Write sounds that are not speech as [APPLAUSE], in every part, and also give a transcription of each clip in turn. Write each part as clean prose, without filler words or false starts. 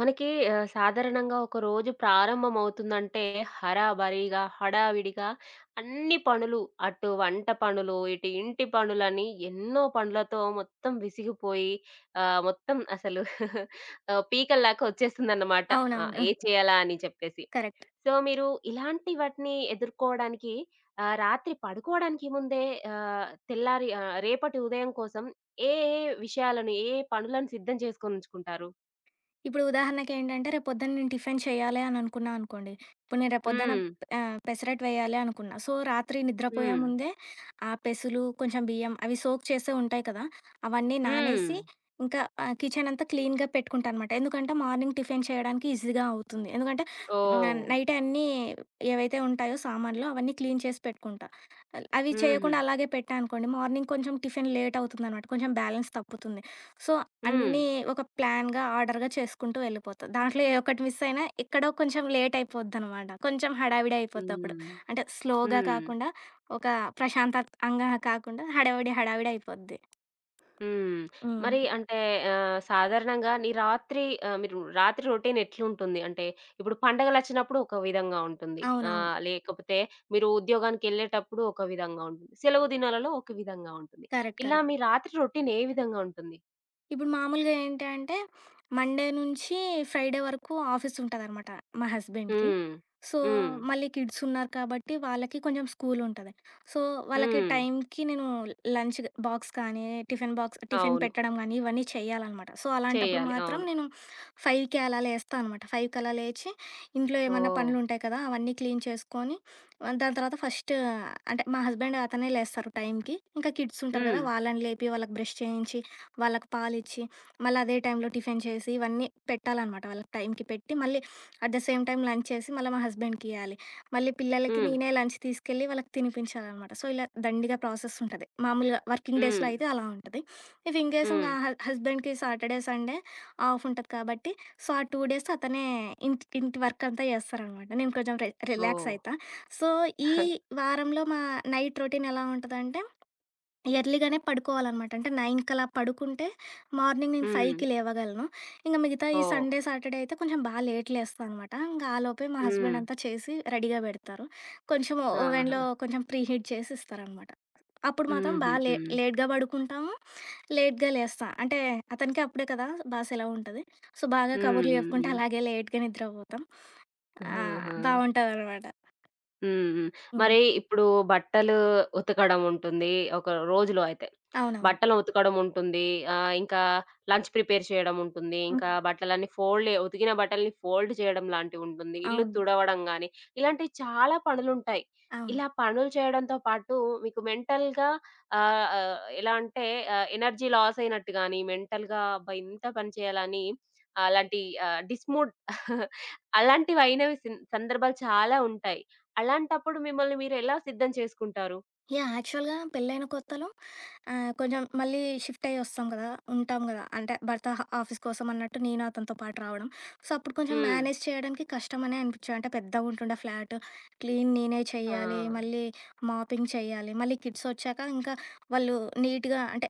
మనకి సాధారణంగా ఒక రోజు ప్రారంభమవుతుందంటే, హరాబరీగా, హడావిడిగా అన్ని పనులు అటు వంట పనులు, ఇటు ఇంటి పనులని ఎన్నో పనులతో మొత్తం విసిగిపోయి మొత్తం అసలు [LAUGHS] పీకల్లాగా వచ్చేస్తుందన్నమాట. ఆ! అవునవును. ఏం చేయాలా అని చెప్పేసి. కరెక్ట్. సో, మీరు ఇలాంటి వాటిని ఎదుర్కోవడానికి రాత్రి పడుకోవడానికి ముందే తెల్లారి రేపటి ఉదయం కోసం ఏ ఏ విషయాలను, ఏ ఏ పనులను సిద్ధం చేసుకొనుంచుకుంటారు? ఇప్పుడు ఉదాహరణకేంటంటే రేపొద్దున నేను టిఫిన్ చేయాలి అని అనుకున్నా అనుకోండి. ఇప్పుడు నేను రేపొద్దున హ్మ్. పెసరట్టు వేయాలి అనుకున్నా. సో, రాత్రి నిద్రపోయే హ్మ్. ముందే ఆ పెసలు, కొంచెం బియ్యం అవి సోక్ చేసే ఉంటాయి కదా! అవన్నీ హ్మ్. నానేసి ఇంకా కిచెన్ అంతా క్లీన్‌గా పెట్టుకుంటా అనమాట. ఎందుకంటే మార్నింగ్ టిఫిన్ చేయడానికి ఈజీగా అవుతుంది. ఎందుకంటే ఓహ్! నైటే అన్నీ ఏవైతే ఉంటాయో సామాన్లు అవన్నీ క్లీన్ చేసి పెట్టుకుంటా. అవి హుహు. చేయకుండా అలాగే పెట్టా అనుకోండి మార్నింగ్ కొంచెం టిఫిన్ లేట్ అవుతుందనమాట. కొంచెం బ్యాలెన్స్ తప్పుతుంది. సో, హ్మ్. అన్నీ ఒక ప్లాన్‌గా, ఆర్డర్‌గా చేసుకుంటూ వెళ్ళిపోతా. దాంట్లో ఏ ఒక్కటి మిస్ అయినా ఎక్కడో కొంచెం లేట్ అయిపోద్దనమాట. కొంచెం హడావిడి అయిపోద్దప్పుడు. హ్మ్. అంటే స్లోగా హ్మ్. కాకుండా, ఒక ప్రశాంతతంగా కాకుండా హడావిడి, హడావిడి అయిపోద్ది. హ్మ్. హ్మ్. మరి అంటే సాధారణంగా మీరు రాత్రి రొటీన్ ఎట్లుంటుంది? అంటే ఇప్పుడు పండగలచ్చినప్పుడు ఒక విధంగా ఉంటుంది. అవునవును. లేకపోతే మీరు ఉద్యోగానికెళ్ళేటప్పుడు ఒక విధంగా ఉంటుంది. సెలవు దినాలలో ఒక విధంగా ఉంటుంది. కరెక్ట్. ఇలా కరెక్ట్. మీ రాత్రి రొటీన్ ఏ విధంగా ఉంటుంది? ఇప్పుడు మామూలుగా ఏంటంటే, మండే నుంచి ఫ్రైడే వరకు ఆఫీస్ ఉంటదనమాట మా హస్బెండ్‌కి. హ్మ్. సో, హ్మ్. మళ్ళీ కిడ్స్ ఉన్నారు కాబట్టి వాళ్ళకి కొంచెం స్కూల్ ఉంటది. సో, వాళ్ళకి హ్మ్. టైంకి నేను లంచ్ బాక్స్ కానీ, టిఫిన్ బాక్స్ టిఫిన్ అవును. పెట్టడం గానీ, ఇవన్నీ చేయాలనమాట. సో, అలాంటప్పుడు చేయాలి. మాత్రం అవును. నేను 5కి అలా లేస్తా అనమాట. 5కి అలా లేచి ఇంట్లో ఏమన్నా ఓహ్! పనులుంటాయి కదా! అవన్నీ క్లీన్ చేసుకొని, ఆ, దాని తర్వాత ఫస్ట్ అంటే మా హస్బెండ్ అతనే లేస్తారు టైంకి. ఇంకా కిడ్స్ ఉంటారు కదా! హ్మ్. వాళ్ళని లేపి వాళ్ళకి బ్రష్ చేయించి, వాళ్ళకి పాలిచ్చి, మళ్ళీ అదే టైంలో టిఫిన్ చేసి, ఇవన్నీ పెట్టాలనమాట. వాళ్ళకి టైంకి పెట్టి, మళ్ళీ at the same time lunch చేసి, మళ్ళీ మా హస్బెండ్‌కి ఇయ్యాలి. మళ్ళీ పిల్లలకి హ్మ్. నేనే లంచ్ తీసుకెళ్ళి వాళ్ళకి తినిపించాలనమాట. సో, ఇలా దండిగా ప్రాసెస్ ఉంటది. మామూలుగా వర్కింగ్ డేస్‌లో హ్మ్. అయితే అలా ఉంటది. ఇఫ్ ఇన్ కేస్ హ్మ్. ఇంగా హస్బెండ్‌కి సాటర్డే, సండే ఆఫ్ ఉంటది కాబట్టి, సో, ఆ 2 డేస్ అతనే ఇంటి ఇంటి వర్క్ అంతా చేస్తారనమాట. నేను కొంచెం రిలాక్స్ ఓహ్! అయితా. సో, ఈ వారంలో మా నైట్ రొటీన్ ఎలా ఉంటదంటే ఎర్లీగానే పడుకోవాలనమాట. అంటే 9 కలా పడుకుంటే మార్నింగ్ నేను హ్మ్. 5కి లేవగలను. ఇంక మిగతా ఈ ఓహ్! సండే, సాటర్డే అయితే కొంచెం బా లేట్ లేస్తా అనమాట. ఇంక ఆ లోపే మా హ్మ్. హస్బెండ్ అంతా చేసి రెడీగా పెడతారు. కొంచెం ఆహా! ఓవెన్‌లో కొంచెం ప్రీ హీట్ చేసి ఇస్తారనమాట. అప్పుడు మాత్రం బా హుహు. లే హ్మ్. లేట్‌గా పడుకుంటాము. లేట్‌గా లేస్తా. అంటే అతనికి అప్పుడే కదా బా సెలవు ఉంటది. సో, బాగా హ్మ్. కబుర్లు హ్మ్. చెప్పుకుంటే హ్మ్. అలాగే లేట్‌గా నిద్రపోతాం. ఆహాహా! బావుంటదనమాట. హ్మ్. హ్మ్. హ్మ్. మరి ఇప్పుడు బట్టలు ఉతకడం ఉంటుంది. ఒక రోజులో అయితే. అవునవును. బట్టలు ఉతకడం ఉంటుంది. ఇంకా లంచ్ ప్రిపేర్ చేయడం ఉంటుంది. హ్మ్. ఇంకా బట్టలన్నీ ఫోల్డ్ ఉతికిన బట్టల్ని ఫోల్డ్ చేయడం లాంటివుంటుంది. ఇల్లు అవును. తుడవడం గాని, ఇలాంటివి చాలా పనులుంటాయి. అవును. ఇలా పనులు చేయడంతో పాటు మీకు మెంటల్‌గా ఆహ్, ఆహ్, ఎలా అంటే ఎనర్జీ లాస్ అయినట్టు గాని, మెంటల్‌గా అబ్బా! ఇంత పని చేయాలని అలాంటి డిస్మూడ్ [LAUGHS] అలాంటివయినవి సిన్ సందర్భాలు చాలా ఉంటాయి. అలాంటప్పుడు మిమ్మల్ని మీరెలా సిద్ధం చేసుకుంటారు? యాహ్! యాక్చువల్‌గా పెళ్ళైన కొత్తలో ఆ! కొంచెం మళ్ళీ షిఫ్ట్ అయ్యి వస్తాం కదా! ఉంటాం కదా! అంటే భర్త ఆఫీస్ కోసం అన్నట్టు నేను అతనితో పాటు రావడం. సో, అప్పుడు కొంచెం హ్మ్. మేనేజ్ చేయడానికి కష్టమనే అనిపించేది. అంటే పెద్దగుంటుండే ఫ్లాటు. క్లీన్ నేనే ఆ! చేయాలి. మళ్ళీ మాపింగ్ చేయాలి. మళ్ళీ కిడ్స్ వచ్చాక ఇంకా వాళ్ళు నీట్‌గా అంటే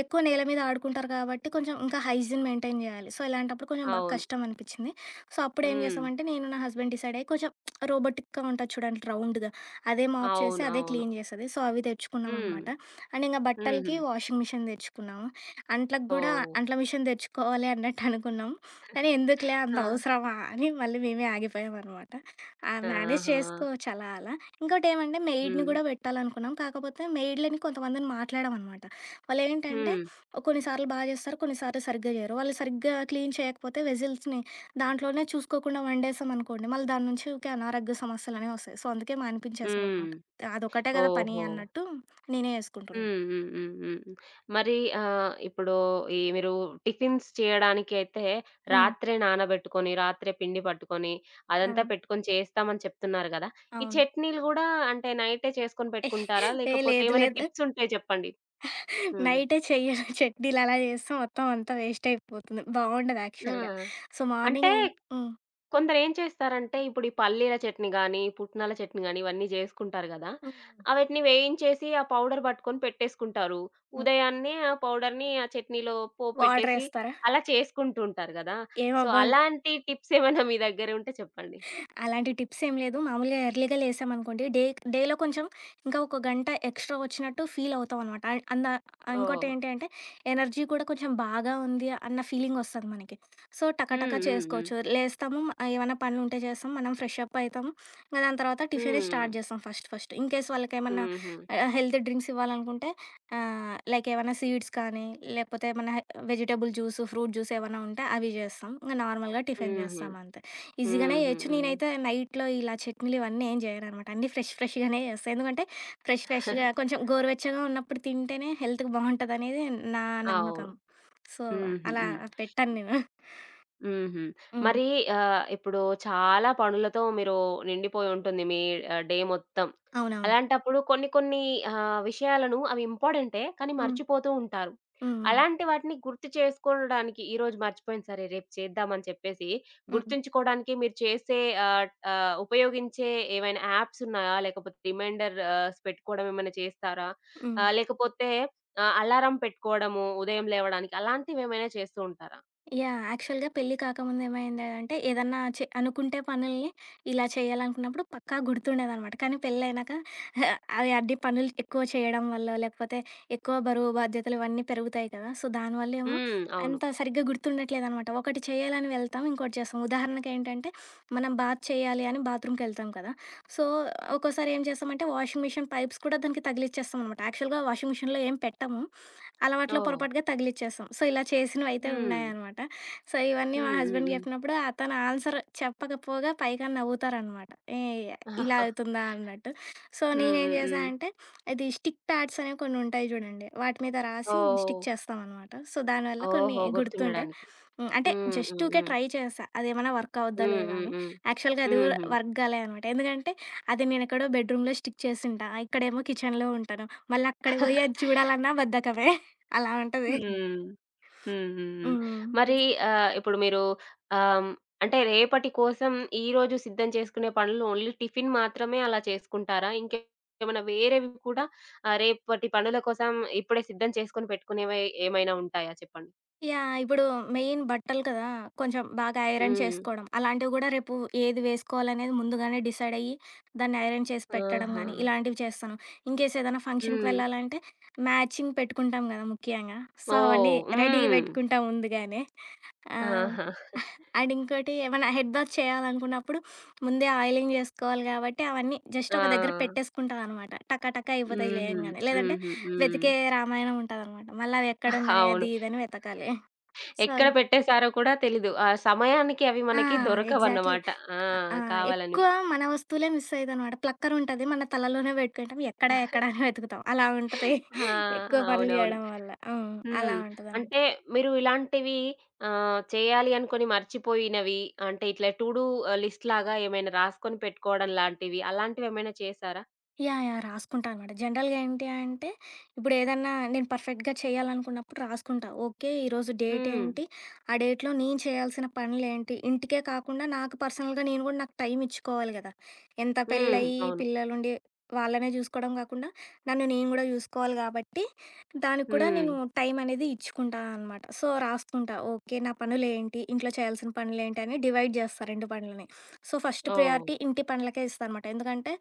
ఎక్కువ నేల మీద ఆడుకుంటారు కాబట్టి కొంచెం ఇంకా హైజీన్ మెయింటైన్ చేయాలి. సో, ఇలాంటప్పుడు కొంచెం బాగా అవును. కష్టం అనిపించింది. సో, అప్పుడు ఏం హ్మ్. చేసామంటే నేను నా హస్బెండ్ డిసైడ్ అయ్యి కొంచెం రోబోటిక్‌గా ఉంటది చూడండి రౌండ్‌గా. అదే మాప్ చేసి అవును. అదే అవును. క్లీన్ చేస్తది. సో, అవి హ్మ్. తెచ్చుకున్నామనమాట. అండ్ ఇంక హుహు. బట్టలకి వాషింగ్ మిషన్ తెచ్చుకున్నాము. అంట్లకు గూడా ఓహ్! అంట్ల మిషన్ తెచ్చుకోవాలి అన్నట్టు అనుకున్నాం. కానీ ఎందుకులే అంత ఆ! అవసరమా అని మళ్ళీ మేమే ఆగిపోయామనమాట. మేనేజ్ ఆహా! చేసుకోవచ్చు అలా అలా. ఇంకోటేమంటే మెయిడ్‌ని హ్మ్. గూడా పెట్టాలనుకున్నాం. కాకపోతే మెయిడ్‌లని కొంతమందిని మాట్లాడామనమాట. వాళ్ళేంటంటే హ్మ్. కొన్నిసార్లు బా జేస్తారు, కొన్నిసార్లు సరిగ్గా జేయరు. వాళ్ళు సరిగ్గా క్లీన్ చేయకపోతే వెజిల్స్‌ని దాంట్లోనే చూసుకోకుండా వండేసామనుకోండి, మళ్ళీ దాని నుంచి ఊకే అనారోగ్య సమస్యలనేవి వస్తాయి. సో, అందుకే హ్మ్. మానిపించేసామనమాట. అదొకటే గదా పని ఓహో! అన్నట్టు నేనే చేసుకుంటున్నాను. హ్మ్. హ్మ్. హ్మ్. హ్మ్. మరి ఇప్పుడు ఈ మీరు టిఫిన్స్ చేయడానికి అయితే హ్మ్. రాత్రే నానబెట్టుకొని, రాత్రే పిండి పట్టుకొని, ఆ! అదంతా పెట్టుకొని చేస్తామని చెప్తున్నారు గదా! ఈ అవును. చట్నీలు గూడా అంటే నైటే చేసుకొని ఏ పెట్టుకుంటారా? ఏ లేకపోతే లేదు ఏమైనా లేదు. టిప్స్ ఉంటే చెప్పండి? హ్మ్. నైటే చెయ్య చట్నీలు అలా చేస్తే మొత్తం అంతా వేస్ట్ అయిపోతుంది. బావుండదు ఆ! యాక్చువల్‌గా. So, morning. అంటే హ్మ్. కొందరేం చేస్తారంటే, ఇప్పుడు ఈ పల్లీల చట్నీ గానీ, పుట్నాల చట్నీ గానీ, ఇవన్నీ జేసుకుంటారు గదా! హ్మ్. అవటిని వేయించేసి, ఆ పౌడర్ పట్టుకొని పెట్టేసుకుంటారు. ఉదయాన్నే ఆ పౌడర్‌ని ఆ చట్నీలో పోపు వాటర్ పెట్టేసి, ఏస్తారా? అలా చేసుకుంటూ ఉంటారు గదా! సో, ఏమవ్వదు. అలాంటి టిప్స్ ఏమైనా మీ దగ్గర ఉంటే చెప్పండి. అలాంటి టిప్స్ ఏం లేదు. మామూలుగా ఎర్లీగా లేసామనుకోండి, డేలో కొంచెం ఇంకా ఒక గంట ఎక్స్‌ట్రా వచ్చినట్టు ఫీల్ అవుతామనమాట. అండ్ అంద ఓహ్! ఇంకోటేంటి అంటే, ఎనర్జీ కూడా కొంచెం బాగా ఉంది అన్న ఫీలింగ్ ఒస్తది మనకి. సో, టకటక హ్మ్. హ్మ్. హ్మ్. చేసుకోవచ్చు. లేస్తాము, ఏమన్నా పనులుంటే చేస్తాం, మనం ఫ్రెష్ అప్ అయితాము. ఇంక దాని తర్వాత టిఫినే హ్మ్. స్టార్ట్ చేస్తాం ఫస్ట్ ఫస్ట్. ఇన్ కేస్ వాళ్ళకేమన్నా హుహు. హెల్తీ డ్రింక్స్ ఇవ్వాలనుకుంటే లైక్ ఏమన్నా సీడ్స్ కానీ, లేకపోతే ఏమన్నా వెజిటబుల్ జ్యూస్, ఫ్రూట్ జ్యూస్ ఏమన్నా ఉంటే అవి చేస్తాం. ఇంక నార్మల్‌గా టిఫిన్ హుహు. చేస్తామంతే. ఈజీగానే హుహు. చేయొచ్చు. హ్మ్. నేనైతే నైట్‌లో ఇలా చట్నీలు ఇవన్నీ ఏం చేయననమాట. అన్నీ ఫ్రెష్ ఫ్రెష్‌గానే చేస్తా. ఎందుకంటే ఫ్రెష్ ఫ్రెష్‌గా [LAUGHS] కొంచెం గోరువెచ్చగా ఉన్నప్పుడు తింటేనే హెల్త్‌కి బావుంటదనేది నా అవును. నమ్మకం. సో, హుహు. అలా హ్మ్. పెట్టను నేను. హుహు. హ్మ్. మరి ఇప్పుడు చాలా పనులతో మీరు నిండిపోయి ఉంటుంది మీ డే మొత్తం. అవునవును. అలాంటప్పుడు కొన్ని కొన్ని విషయాలను అవి ఇంపార్టెంటే కానీ హ్మ్. మర్చిపోతూ ఉంటారు. హ్మ్. హ్మ్. అలాంటి వాటిని గుర్తు చేసుకోవడానికి ఈరోజు మర్చిపోయింది సరే రేపు చేద్దామని చెప్పేసి హ్మ్. గుర్తుంచుకోవడానికి మీరు చేసే ఆహ్, ఆహ్, ఉపయోగించే ఏమైనా యాప్స్ ఉన్నాయా? లేకపోతే రిమైండర్ పెట్టుకోవడం ఏమైనా చేస్తారా? హ్మ్. లేకపోతే అలారం పెట్టుకోవడము ఉదయం లేవడానికి అలాంటివేమైనా చేస్తూ ఉంటారా? యాహ్! యాక్చువల్‌గా పెళ్లి కాకముందు ఏమైందంటే ఏదన్నా అనుకుంటే పనుల్ని ఇలా చేయాలనుకున్నప్పుడు పక్కా గుర్తుండేదనమాట. కానీ పెళ్లయినాక [LAUGHS] అవి అన్ని పనులు ఎక్కువ చేయడం వల్లో, లేకపోతే ఎక్కువ బరువు బాధ్యతలు ఇవన్నీ పెరుగుతాయి కదా! సో, దానివల్లేమో హ్మ్. అవును. అంత సరిగ్గా గుర్తుండట్లేదనమాట. ఒకటి చేయాలని వెళ్తాం. ఇంకోటి చేస్తాం. ఉదాహరణకేంటంటే మనం బాత్ చేయాలి అని బాత్రూమ్‌కెళ్తాం కదా! సో, ఒక్కోసారి ఏం చేస్తామంటే వాషింగ్ మిషన్ పైప్స్ కూడా దానికి తగిలిచ్చేస్తామనమాట. యాక్చువల్‌గా వాషింగ్ మిషన్‌లో ఏం పెట్టము. అలవాట్లో ఓహ్! పొరపాటుగా తగిలిచ్చేసాం. సో, ఇలా చేసినవయితే హ్మ్. ఉన్నాయనమాట. సో, ఇవన్నీ మా హ్మ్. హ్మ్. హస్బెండ్‌కి హ్మ్. జెప్పినప్పుడు అతను ఆన్సర్ చెప్పకపోగా పైగా నవ్వుతారనమాట. ఏయ్! ఇలా [LAUGHS] అవుతుందా అన్నట్టు. సో, హ్మ్. నేనేం హ్మ్. జేశా హ్మ్. అంటే, ఇది స్టిక్ ప్యాడ్స్ అనేవి కొన్నుంటాయి జూడండి. వాటి మీద రాసి ఓహ్! స్టిక్ చేస్తామనమాట. సో, దానివల్ల కొన్ని ఓహో! గుర్తుంటాయి. గుర్తుండడానికి. అంటే హ్మ్. జస్ట్ హ్మ్. ఊకే హ్మ్. ట్రై చేశా. అదేమన్నా వర్క్ అవుద్దా హ్మ్. లేదా హ్మ్. అని. హ్మ్. యాక్చువల్‌గా అది గూడా హుహు. వర్క్ గాలే అనమాట. ఎందుకంటే, అది నేనెక్కడో బెడ్‌రూమ్‌లో స్టిక్ చేసుంటా. ఇక్కడేమో కిచెన్‌లో ఉంటాను. మళ్ళక్కడికి బోయి అది చూడాలన్నా బద్ధకమే. అలా ఉంటది. హ్మ్. హ్మ్. హ్మ్. హ్మ్. మరి హ్మ్. ఇప్పుడు మీరు ఆహ్, అంటే రేపటి కోసం ఈరోజు సిద్ధం చేసుకునే పనులు ఓన్లీ టిఫిన్ మాత్రమే అలా చేసుకుంటారా? ఇంకేమైనా వేరేవి కూడా రేపటి పనుల కోసం ఇప్పుడే సిద్ధం చేసుకొని పెట్టుకునేవి ఏమైనా ఉంటాయా చెప్పండి? యాహ్! ఇప్పుడు మెయిన్ బట్టలు కదా! కొంచెం బాగా ఐరన్ హ్మ్. చేసుకోవడం. అలాంటివి కూడా రేపు ఏది వేసుకోవాలనేది ముందుగానే డిసైడ్ అయ్యి, దాన్ని ఐరన్ చేసి పెట్టడం ఆహా! గానీ, ఇలాంటివి చేస్తాను. ఇన్‌కేస్ ఏదైనా ఫంక్షన్‌కి హ్మ్. వెళ్ళాలంటే మ్యాచింగ్ పెట్టుకుంటాం కదా! ముఖ్యంగా. సో, అవన్నీ ఓహ్! రెడీ హ్మ్. పెట్టుకుంటా ముందుగానే. ఆ! ఆహా! అండ్ ఇంకోటి ఏమైనా హెడ్ బాత్ చేయాలనుకున్నప్పుడు ముందే ఆయిలింగ్ జేసుకోవాలి గాబట్టి, అవన్నీ జస్ట్ ఆ! ఒక దగ్గర పెట్టేసుకుంటావనమాట. టక టక అయిపోతాయి హుహు. లేయంగానే. లేదంటే హుహు. హ్మ్. వెతికే రామాయణం ఉంటదనమాట. మళ్ళీ అవెక్కడున్నాయి అవును. అది ఇది అని వెతకాలి. సో ఎక్కడ పెట్టేసారో కూడా తెలీదు. ఆ సమయానికి అవి ఆ! మనకి ఎగ్జాక్ట్‌లీ. దొరకవన్నమాట. ఆ! ఆ! కావాలనివి. ఎక్కువ మన వస్తువులే మిస్ అయితయనమాట. ప్లక్కర్ ఉంటది. మన తలలోనే పెట్టుకుంటాం. ఎక్కడ ఎక్కడ అని వెతుకుతాం. అలా ఉంటది. ఆ! ఎక్కువ పనులు అవునవును. జేయడం వల్ల. హ్మ్. అలా హ్మ్. ఉంటదనమాట. అంటే మీరు ఇలాంటివి చేయాలి అనుకోని మర్చిపోయినవి అంటే ఇట్లా టు డూ లిస్ట్ లాగా ఏమైనా రాసుకొని పెట్టుకోవడం లాంటివి అలాంటివేమైనా చేశారా? యాహ్! యాహ్! రాసుకుంటా అనమాట. జనరల్‌గా ఏంటి అంటే, ఇప్పుడేదన్నా నేను పర్ఫెక్ట్‌గా చేయాలనుకున్నప్పుడు రాసుకుంటా. ఓకే. ఈరోజు డేట్ హ్మ్. ఏంటి? ఆ డేట్‌లో నేను చేయాల్సిన పనులేంటి? ఇంటికే కాకుండా నాకు పర్సనల్‌గా నేను గూడా నాకు టైం ఇచ్చుకోవాలి గదా! ఎంత హ్మ్. పెళ్ళయ్యి, అవును. పిల్లలుండి వాళ్ళనే జూసుకోవడం గాకుండా, నన్ను నేను గూడా జూసుకోవాలి గాబట్టి, దానికి కూడా నేను హ్మ్. టైం అనేది ఇచ్చుకుంటా అనమాట. సో, రాసుకుంటా. ఓకే. నా పనులేంటి? ఇంట్లో చేయాల్సిన పనులేంటి? అని డివైడ్ జేస్తా 2 పనులని. సో, ఫస్ట్ ఓహ్! ప్రియారిటీ ఇంటి పనులకే ఇస్తా అనమాట. ఎందుకంటే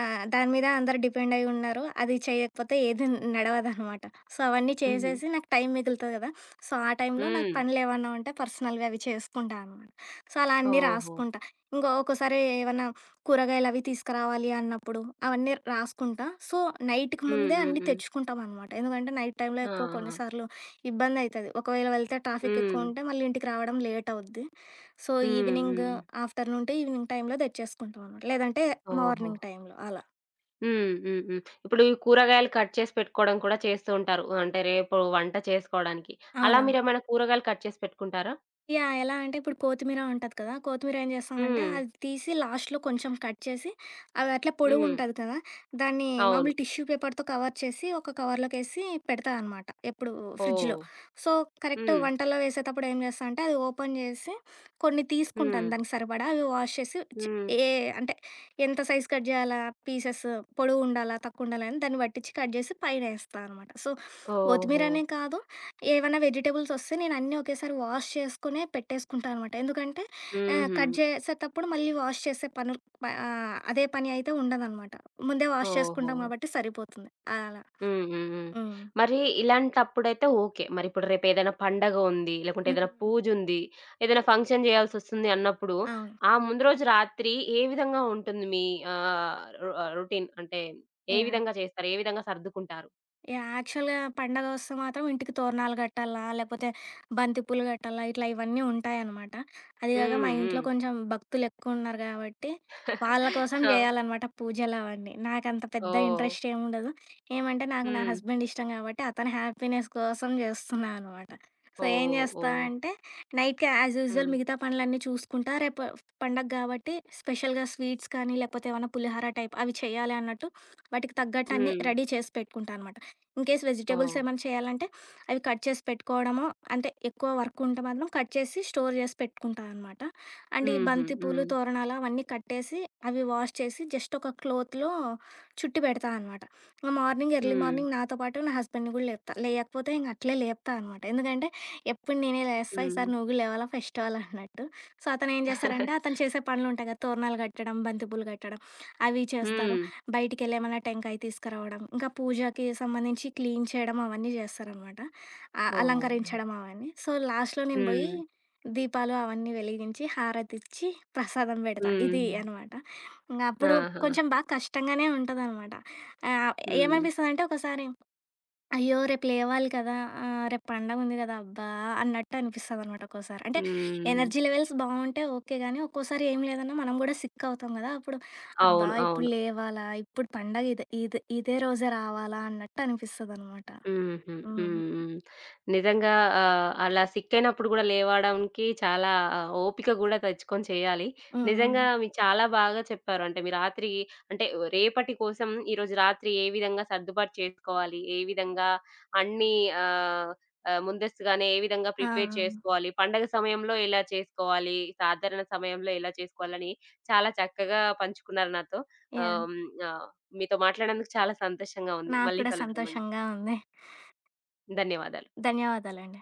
ఆ! దాని మీద అందరూ డిపెండ్ అయ్యి ఉన్నారు. అది చేయకపోతే ఏది నడవదనమాట. సో, అవన్నీ హుహు. చేసేసి నాకు టైం మిగులుతది కదా! సో, ఆ టైంలో నాకు హ్మ్. పనులేవన్నా ఉంటే పర్సనల్‌వి అవి చేసుకుంటా అనమాట. సో, అలా అన్నీ ఓహో! రాసుకుంటా. ఇంకో ఒక్కోసారి ఏవన్నా కూరగాయలవి తీసుకురావాలి అన్నప్పుడు అవన్నీ రాసుకుంటా. సో, నైట్‌కి హ్మ్. ముందే హ్మ్. అన్నీ హ్మ్. తెచ్చుకుంటామనమాట. ఎందుకంటే నైట్ టైంలో ఎక్కువ ఆహా! కొన్నిసార్లు ఇబ్బందయితది. ఒకవేళ వెళ్తే ట్రాఫిక్ ఎక్కువ హ్మ్. ఉంటే మళ్ళీ ఇంటికి రావడం లేట్ అవుద్ది. సో, హ్మ్. హ్మ్. ఆఫ్టర్‌నూన్ టు ఈవినింగ్ టైంలో తెచ్చేసుకుంటామనమాట. లేదంటే ఓహో! మార్నింగ్ టైంలో అలా. హ్మ్. హ్మ్. హ్మ్. ఇప్పుడు ఈ కూరగాయలు కట్ చేసి పెట్టుకోవడం కూడా చేస్తూ ఉంటారు. అంటే రేపు వంట చేసుకోవడానికి. అలా అవునవును. మీరేమైనా కూరగాయలు కట్ చేసి పెట్టుకుంటారా? యాహ్! ఎలా అంటే ఇప్పుడు కొత్తిమీర ఉంటది కదా! కొత్తిమీర ఏం చేస్తామంటే హ్మ్. అది తీసి లాస్ట్‌లో కొంచెం కట్ చేసి అది అట్లా హ్మ్. పొడుగుంటది కదా! దాన్ని అవును. మామూలు టిష్యూ పేపర్‌తో కవర్ చేసి ఒక కవర్‌లోకేసి పెడతా అనమాట. ఎప్పుడు ఫ్రిడ్జ్‌లో. ఓహ్! హ్మ్. సో, కరెక్ట్ హ్మ్. వంటల్లో వేసేటప్పుడు ఏం చేస్తా అంటే అది ఓపెన్ చేసి కొన్ని హ్మ్. తీసుకుంటాను దానికి సరిపడా. అవి వాష్ చేసి హ్మ్. ఏ అంటే ఎంత సైజ్ కట్ చేయాలా పీసెస్ పొడుగుండాలా? తక్కువుండాలా? అని దాన్ని పట్టించి కట్ చేసి పైనేస్తా అనమాట. సో, ఓహో! కొత్తిమీరనే కాదు ఏవన్నా వెజిటబుల్స్ వస్తే నేను అన్నీ ఒకేసారి వాష్ చేసుకునే పెట్టేసుకుంటాను అనమాట. ఎందుకంటే హుహు. కట్ చేసేటప్పుడు మళ్ళీ వాష్ చేసే పనులు అదే పని అయితే ఉండదనమాట. ముందే వాష్ ఓహో! చేసుకుంటాం కాబట్టి సరిపోతుంది. అలా. హ్మ్. హ్మ్. హ్మ్. హ్మ్. మరి ఇలాంటప్పుడైతే ఓకే. మరిప్పుడు రేపేదైనా పండగ ఉంది, లేకుంటే హ్మ్. ఏదైనా పూజుంది, ఏదైనా ఫంక్షన్ జేయాల్సొస్తుంది అన్నప్పుడు, అవును. ఆ ముందు రోజు రాత్రి ఏ విధంగా ఉంటుంది మీ రొటీన్? అంటే ఏ యాహ్! విధంగా చేస్తారు? ఏ విధంగా సర్దుకుంటారు? యాహ్! యాక్చువల్‌గా పండగొస్తే మాత్రం ఇంటికి తోరణాలు గట్టాలా, లేపోతే బంతిపూలు గట్టాలా, ఇట్లా ఇవన్నీ ఉంటాయనమాట. అది గాక మా హ్మ్. ఇంట్లో హ్మ్. కొంచెం భక్తులెక్కువున్నారు గాబట్టి, వాళ్ళ కోసం ఆ! జేయాలనమాట పూజలవన్నీ. నాకంత పెద్ద ఓహ్! ఇంట్రెస్ట్ ఏముండదు. ఏమంటే నాకు నా హ్మ్. హస్బెండ్ ఇష్టం గాబట్టి, అతని హ్యాపీనెస్ కోసం జేస్తున్నా అనమాట. సో, ఏం ఓహ్! జేస్తా ఓహ్! అంటే, నైట్‌కి యాజ్ యూజువల్ హ్మ్. మిగతా పనులన్నీ చూసుకుంటా. రేపు పండగ గాబట్టి, స్పెషల్‌గా స్వీట్స్ కానీ, లేపోతే ఏమన్నా పులిహార టైప్ అవి చెయ్యాలి అన్నట్టు, వాటికి తగ్గట్టు అన్నీ హ్మ్. రెడీ చేసి పెట్టుకుంటా అనమాట. In case vegetables oh! ఏమైనా చేయాలంటే అవి కట్ చేసి పెట్టుకోవడము, అంటే ఎక్కువ వర్క్ ఉంటే మాత్రం కట్ చేసి స్టోర్ చేసి పెట్టుకుంటా అనమాట. అండ్ ఈ హుహు. బంతి పూలు, హ్మ్. తోరణాలు అవన్నీ కట్టేసి, అవి వాష్ చేసి జస్ట్ ఒక క్లాత్‌లో చుట్టి పెడతా అనమాట. ఇంక ఎర్లీ హ్మ్. మార్నింగ్ నాతో పాటు నా హస్బెండ్‌ని కూడా లేపుతా. లేయకపోతే ఇంక అట్లే లేపుతా అనమాట. ఎందుకంటే ఎప్పుడు నేనే లేస్తా, హ్మ్. ఈసారి నువ్వు కూడా లేవాలా ఫెస్టివల్ అన్నట్టు. సో, అతను ఏం చేస్తారంటే, అతను చేసే పనులు ఉంటాయి కదా! తోరణాలు కట్టడం, బంతి పూలు కట్టడం అవి చేస్తారు. హ్మ్. బయటికెళ్ళి ఏమన్నా టెంకాయ తీసుకురావడం, ఇంకా పూజకి సంబంధించి క్లీన్ చేయడం అవన్నీ చేస్తారనమాట. ఓహ్! అలంకరించడం అవన్నీ. సో, లాస్ట్‌లో నేను బోయి హ్మ్. దీపాలు అవన్నీ వెలిగించి, హారతిచ్చి, ప్రసాదం బెడతా. హ్మ్. ఇది అనమాట. ఇంగప్పుడు ఆహా! కొంచెం బా కష్టంగానే ఉంటదనమాట. ఆహ్, హ్మ్. ఏమనిపిస్తదంటే ఒకసారి అయ్యో! రేపు లేవాలి కదా! రేపు పండగుంది కదా! అబ్బా! అన్నట్టు అనిపిస్తదనమాట ఒక్కోసారి. అంటే హ్మ్. ఎనర్జీ లెవెల్స్ బావుంటే ఓకే గానీ, ఒక్కోసారి ఏం లేదన్నా మనం గూడా సిక్ అవుతాం గదా! అప్పుడు అబ్బా! అవును. ఇప్పుడు అవును. లేవాలా? ఇప్పుడు పండగ ఇదే ఇదే ఇదే రోజే రావాలా? అన్నట్టు అనిపిస్తదనమాట. హుహు. హ్మ్. హ్మ్. హ్మ్. నిజంగా అలా సిక్కయినప్పుడు గూడా లేవడానికి చాలా ఓపిక గూడా తెచ్చుకొని చేయాలి. హ్మ్. హ్మ్. నిజంగా మీరు చాలా బాగా చెప్పారు. అంటే మీ రాత్రి అంటే రేపటి కోసం ఈరోజు రాత్రి ఏ విధంగా సర్దుబాటు చేసుకోవాలి? ఏ విధంగా అన్నీ ఆహ్, ఆహ్, ముందస్తుగానే ఏ విధంగా ఆ! ఆ! ప్రిపేర్ చేసుకోవాలి? పండగ సమయంలో ఎలా చేసుకోవాలి? సాధారణ సమయంలో ఎలా చేసుకోవాలని చాలా చక్కగా పంచుకున్నారు నాతో. యాహ్! హ్మ్. ఆహ్, మీతో మాట్లాడినందుకు చాలా సంతోషంగా ఉంది. నాకు మళ్ళీ కూడా కలుద్దామండి. సంతోషంగా ఉంది. ధన్యవాదాలు. ధన్యవాదాలండి.